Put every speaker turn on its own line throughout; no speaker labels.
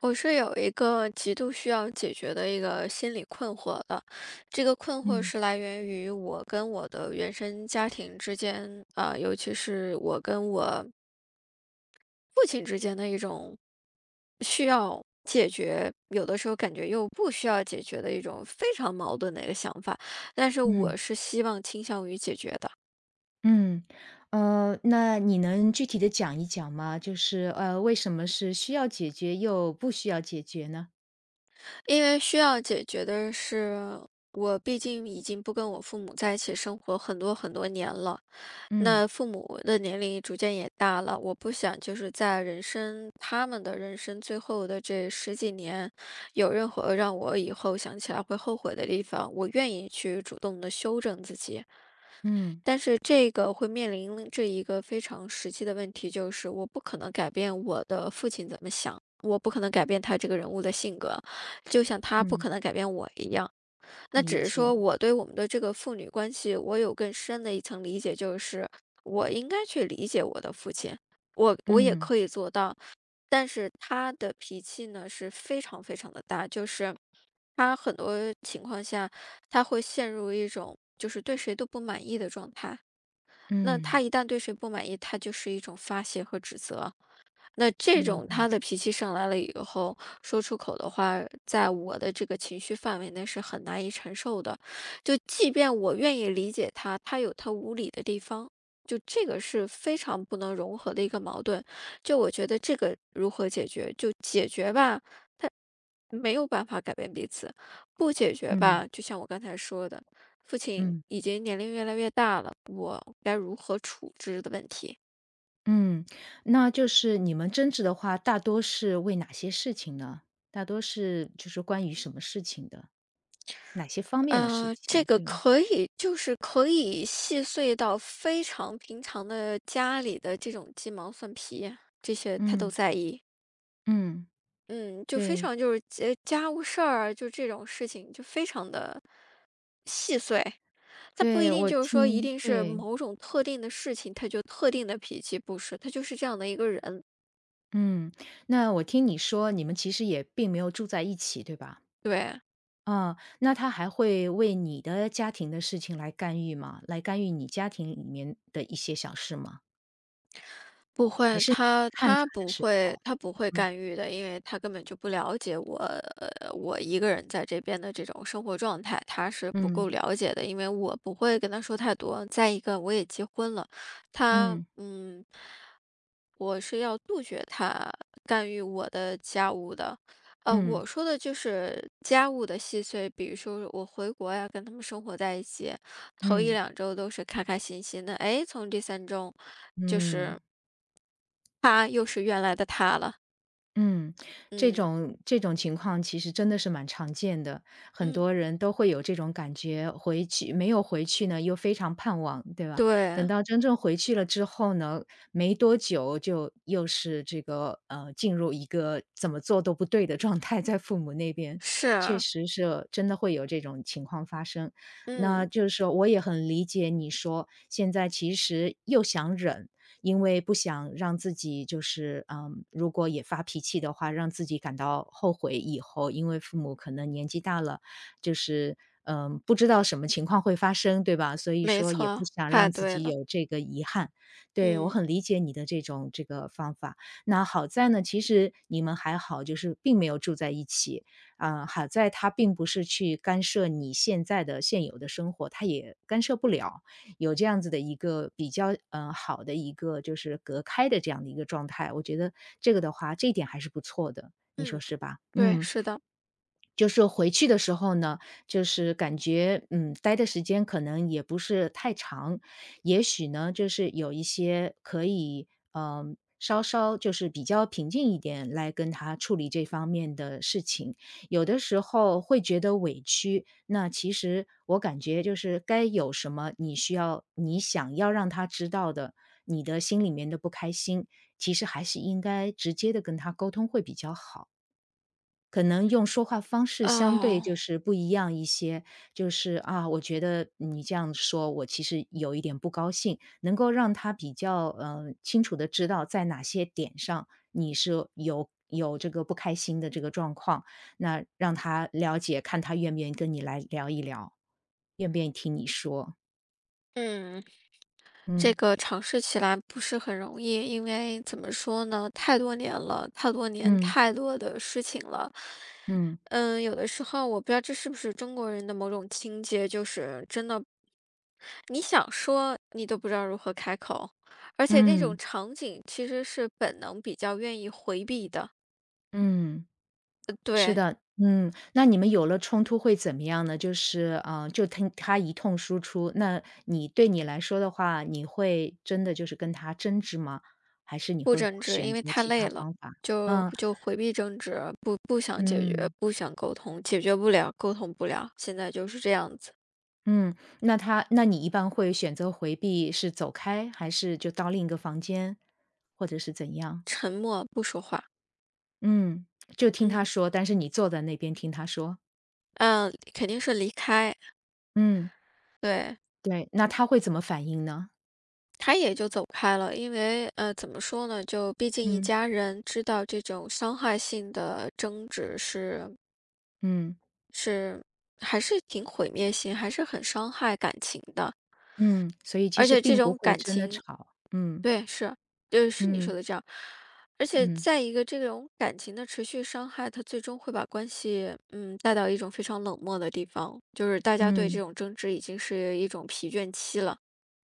我是有一个极度需要解决的一个心理困惑的，这个困惑
嗯
是来源于我跟我的原生家庭之间，啊、尤其是我跟我父亲之间的一种需要解决，有的时候感觉又不需要解决的一种非常矛盾的一个想法。但是
嗯
我是希望倾向于解决的，
嗯，那你能具体的讲一讲吗？就是，为什么是需要解决又不需要解决呢？
因为需要解决的是。我毕竟已经不跟我父母在一起生活很多很多年了，
嗯
那父母的年龄逐渐也大了，我不想就是在人生他们的人生最后的这十几年，有任何让我以后想起来会后悔的地方，我愿意去主动的修正自己。
嗯
但是这个会面临这一个非常实际的问题，就是我不可能改变我的父亲怎么想，我不可能改变他这个人物的性格，就像他不
嗯，
可能改变我一样。那只
理
是
解，
说我对我们的这个父女关系，我有更深的一层理解，就是我应该去理解我的父亲，我也
嗯
可以做到，但是他的脾气呢是非常非常的大，就是他很多情况下他会陷入一种就是对谁都不满意的状态。那
嗯，
他一旦对谁不满意，他就是一种发泄和指责。那这
明
种
白，
他的脾气上来了以后，说出口的话，在我的这个情绪范围内是很难以承受的。就即便我愿意理解他，他有他无理的地方，就这个是非常不能融合的一个矛盾。就我觉得这个如何解决，就解决吧，他没有办法改变彼此；不解决
嗯
吧，就像我刚才说的，父亲
嗯
已经年龄越来越大了，我该如何处置的问题。
嗯，那就是你们争执的话，大多是为哪些事情呢？大多是就是关于什么事情的？哪些方面的事
这
情？
个
对，
可以就是可以细碎到非常平常的家里的这种鸡毛蒜皮，这些他都
嗯
在意。
嗯，
嗯，就非
对
常就是家务事儿啊，就这种事情就非常的细碎。他不一
对，
定
我
就是说一
听
定是
对。
某种特定的事情，他就特定的脾气，不是，他就是这样的一个人。
嗯，那我听你说你们其实也并没有住在一起，对吧？
对，
啊，那他还会为你的家庭的事情来干预吗？来干预你家庭里面的一些小事吗？
不
还
会，
是你
他
看他
他
的
不
时候？
会，他不会
嗯
干预的，因为他根本就不了解我，我一个人在这边的这种生活状态，他是不
嗯
够了解的，因为我不会跟他说太多。再一个，我也结婚了，他，
嗯
嗯，我是要杜绝他干预我的家务的。
嗯嗯
我说的就是家务的细碎，比如说我回国呀，跟他们生活在一起，头一
嗯。
两周都是开开心心的，哎，从第三周就是。
嗯
他又是原来的他了。
嗯，这
嗯
种情况其实真的是蛮常见的，很多
嗯，
人都会有这种感觉，回去没有回去呢，又非常盼望，对吧？等
对，
到真正回去了之后呢，没多久就又是进入一个怎么做都不对的状态，在父母那边，确
是，
实是真的会有这种情况发生。
嗯，
那就是说，我也很理解你说，现在其实又想忍。因为不想让自己就是，嗯，如果也发脾气的话，让自己感到后悔以后，因为父母可能年纪大了，就是，嗯，不知道什么情况会发生，对吧？所以
没
说也不
错，
想
太
让自
对
己
了，
有这个遗憾。对，我
嗯
很理解你的这种这个方法。那好在呢，其实你们还好，就是并没有住在一起。啊、好在他并不是去干涉你现在的现有的生活，他也干涉不了。有这样子的一个比较，嗯，好的一个就是隔开的这样的一个状态，我觉得这个的话，这一点还是不错的，你说
嗯，
是吧？
对，
嗯。
是的，
就是回去的时候呢，就是感觉，嗯，待的时间可能也不是太长，也许呢，就是有一些可以，嗯，稍稍就是比较平静一点来跟他处理这方面的事情。有的时候会觉得委屈，那其实我感觉就是该有什么你想要让他知道的，你的心里面的不开心，其实还是应该直接的跟他沟通会比较好。可能用说话方式相对
哦，
就是不一样一些，就是啊，我觉得你这样说，我其实有一点不高兴，能够让他比较嗯清楚的知道在哪些点上你是有这个不开心的这个状况，那让他了解，看他愿不愿意跟你来聊一聊，愿不愿意听你说，
嗯。这个尝试起来不是很容易，因为怎么说呢，太多年了，太多年，
嗯
太多的事情了。
嗯嗯
嗯，有的时候我不知道这是不是中国人的某种情结，就是真的，你想说你都不知道如何开口，而且那
嗯
种
嗯。
场景其实是本能比较愿意回避的。
嗯是
对，
的，嗯，那你们有了冲突会怎么样呢？就是，嗯，就听他一通输出，那你来说的话，你会真的就是跟他争执吗？还是你
不
会
争执，
选
因为
择
太
其
累
他
了，
方法？
就
嗯
就回避争执，不想解决，
嗯
不想沟通，解决不了，沟通不了，现在就是这样子。
嗯，那你一般会选择回避，是走开，还是就到另一个房间，或者是怎样？
沉默不说话，
嗯，就听他
嗯，
说，但是你坐在那边听他说。
嗯，肯定是离开，
嗯，
对，
对，那他会怎么反应呢？
他也就走开了。因为，怎么说呢，就毕竟一
嗯
家人知道这种伤害性的争执是
嗯。
是还是挺毁灭性，还是很伤害感情的。
嗯，所以其
而
实
且这
并不
种
会
感
真的
情
吵，嗯，
对，是，对，是你说
嗯，
的这样。而且
嗯，
再一个，这种感情的持续伤害，它最终会把关系，嗯，带到一种非常冷漠的地方，就是大家对这
嗯，
种争执已经是一种疲倦期了，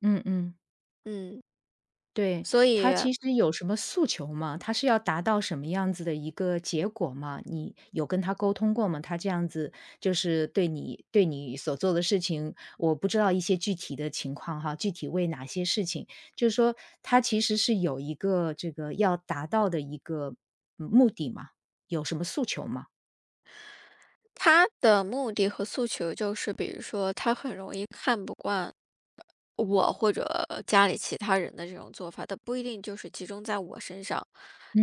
嗯嗯，
嗯，
对，
所
他
以
其实有什么诉求吗？他是要达到什么样子的一个结果吗？你有跟他沟通过吗？他这样子就是对你所做的事情，我不知道一些具体的情况哈，具体为哪些事情，就是说他其实是有一个这个要达到的一个嗯目的嘛？有什么诉求吗？
他的目的和诉求就是，比如说他很容易看不惯我或者家里其他人的这种做法，他不一定就是集中在我身上，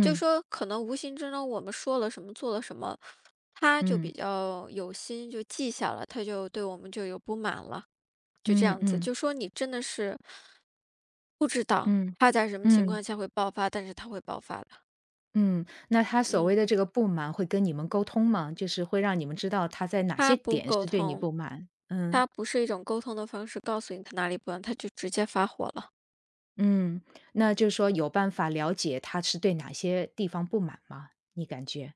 就说可能无形之中我们说了什么，做了什么，他就
嗯
比较有心，就记下了，他就对我们就有不满了，就这
嗯
样子。
嗯。
就说你真的是
嗯，
他在什么情
嗯，
况下会爆发，但是他会爆发的，
嗯，那他所谓
嗯，
的这个不满会跟你们沟通吗？就是会让你们知道他在哪些
他不
点
沟
是对你
通，
不满？嗯，
他不是一种沟通的方式，告诉你他哪里不满，他就直接发火了。
嗯，那就是说有办法了解他是对哪些地方不满吗？你感觉？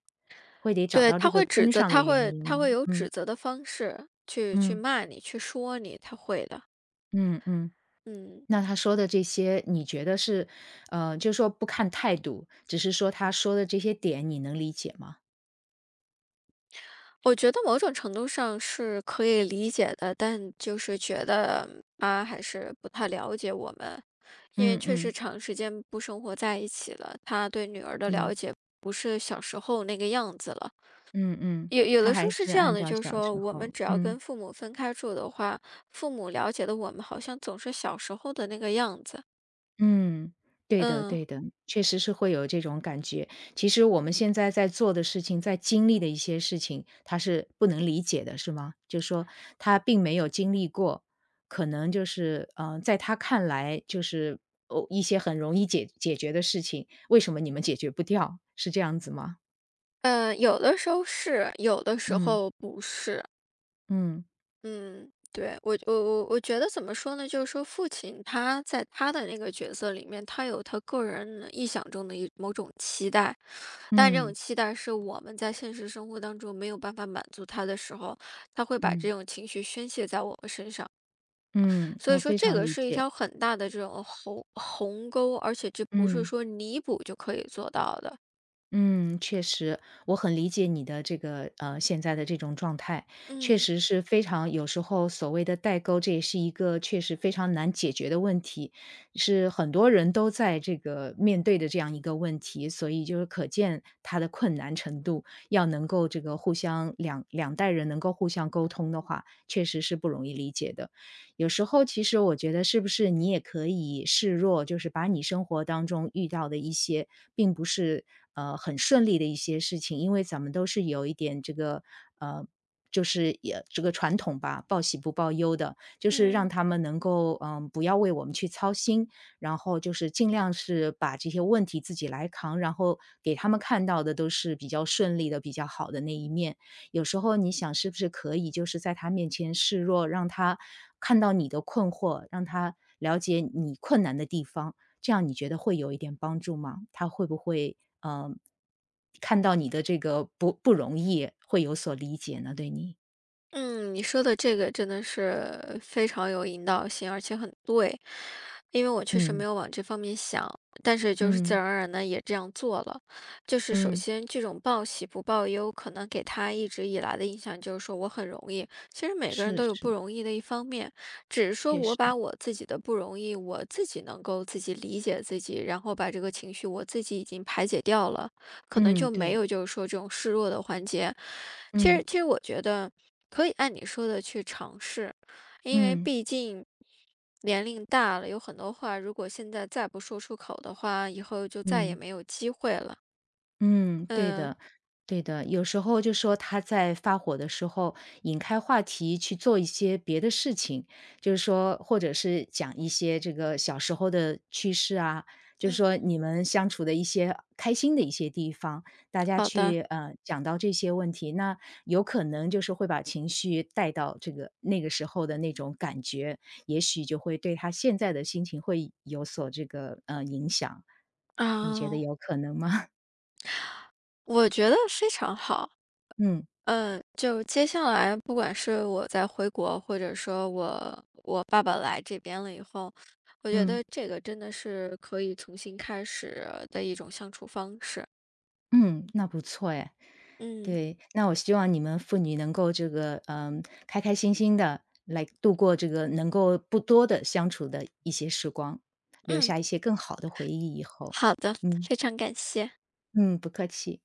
会得找
对，
到这
他
个
会指
根
责，
上的
他
原
会他
因。
会有
嗯，
指责的方式去
嗯，
骂你，去说你，他会的，
嗯，嗯。
嗯。
那他说的这些，你觉得是，就是说不看态度，只是说他说的这些点，你能理解吗？
我觉得某种程度上是可以理解的，但就是觉得妈还是不太了解我们，因为
嗯
确实
嗯
长时间不生活在一起了，她对女儿的
嗯。
了解不是小时候那个样子了。
嗯嗯，
有有
他
的时
还
候是
是
这样
按
的，
照
就是
小
说
时
我们
候，
只要
嗯
跟父母分开住的话，父母了解的我们好像总是小时候的那个样子。
嗯，对的
嗯，
对的，确实是会有这种感觉。其实我们现在在做的事情，在经历的一些事情，他是不能理解的，是吗？就是说他并没有经历过，可能就是，在他看来就是哦，一些很容易解决的事情，为什么你们解决不掉？是这样子吗？
嗯，有的时候是，有的时
嗯
候不是。
嗯
嗯，对，我觉得怎么说呢？就是说，父亲他在他的那个角色里面，他有他个人臆想中的一某种期待，但这种
嗯
期待是我们在现实生活当中没有办法满足他的时候，他会把这
嗯
种情绪宣泄在我们身上。
嗯，
所
我
以说，
非
这
常
个
理
是一
解，
条很大的这种鸿沟，而且这不是
嗯。
说弥补就可以做到的。
嗯，确实，我很理解你的这个现在的这种状态，确
嗯。
实是非常有时候所谓的代沟，这也是一个确实非常难解决的问题，是很多人都在这个面对的这样一个问题，所以就是可见它的困难程度，要能够这个互相两代人能够互相沟通的话，确实是不容易理解的。有时候其实我觉得是不是你也可以示弱，就是把你生活当中遇到的一些并不是很顺利的一些事情，因为咱们都是有一点这个呃。就是也这个传统吧，报喜不报忧的，就是让
嗯，
他们能够嗯不要为我们去操心，然后就是尽量是把这些问题自己来扛，然后给他们看到的都是比较顺利的、比较好的那一面。有时候你想是不是可以就是在他面前示弱，让他看到你的困惑，让他了解你困难的地方，这样你觉得会有一点帮助吗？他会不会，看到你的这个不容易，会有所理解呢？对你？
嗯，你说的这个真的是非常有引导性，而且很对，因为我确实没
嗯，
有往这方面想，但是就是自
嗯，
然而然的也这样做了。就是首
嗯，
先这种报喜不报忧，可能给他一直以来的印象就是说我很容易，其实每个人
是
都有不
是，
容易的一方面，只是说
确
我
实，
把我自己的不容易，我自己能够自己理解自己，然后把这个情绪我自己已经排解掉了，可能
嗯，
就没
对，
有就是说这种示弱的环节。其
嗯，
实，其实我觉得。可以按你说的去尝试，因为
嗯，
毕竟年龄大了，有很多话如果现在再不说出口的话，以后就再也
嗯。
没有机会了。
嗯，对
嗯，
的，对的。有时候就说他在发火的时候，引开话题去做一些别的事情，就是说，或者是讲一些这个小时候的趣事啊，就是
嗯，
说你们相处的一些开心的一些地方，大家
好的，
去讲到这些问题，那有可能就是会把情绪带到这个那个时候的那种感觉，也许就会对他现在的心情会有所这个影响。你觉得
啊，
有可能吗？
我觉得非常好。
嗯。
嗯，就接下来，不管是我在回国，或者说我爸爸来这边了以后，我觉
嗯，
得这个真的是可以重新开始的一种相处方式。
嗯，那不错哎。
嗯
对，那我希望你们妇女能够这个，嗯，开开心心的来度过这个能够不多的相处的一些时光，留
嗯，
下一些更好的回忆以后。
好的，
嗯，
非常感谢。
嗯，不客气。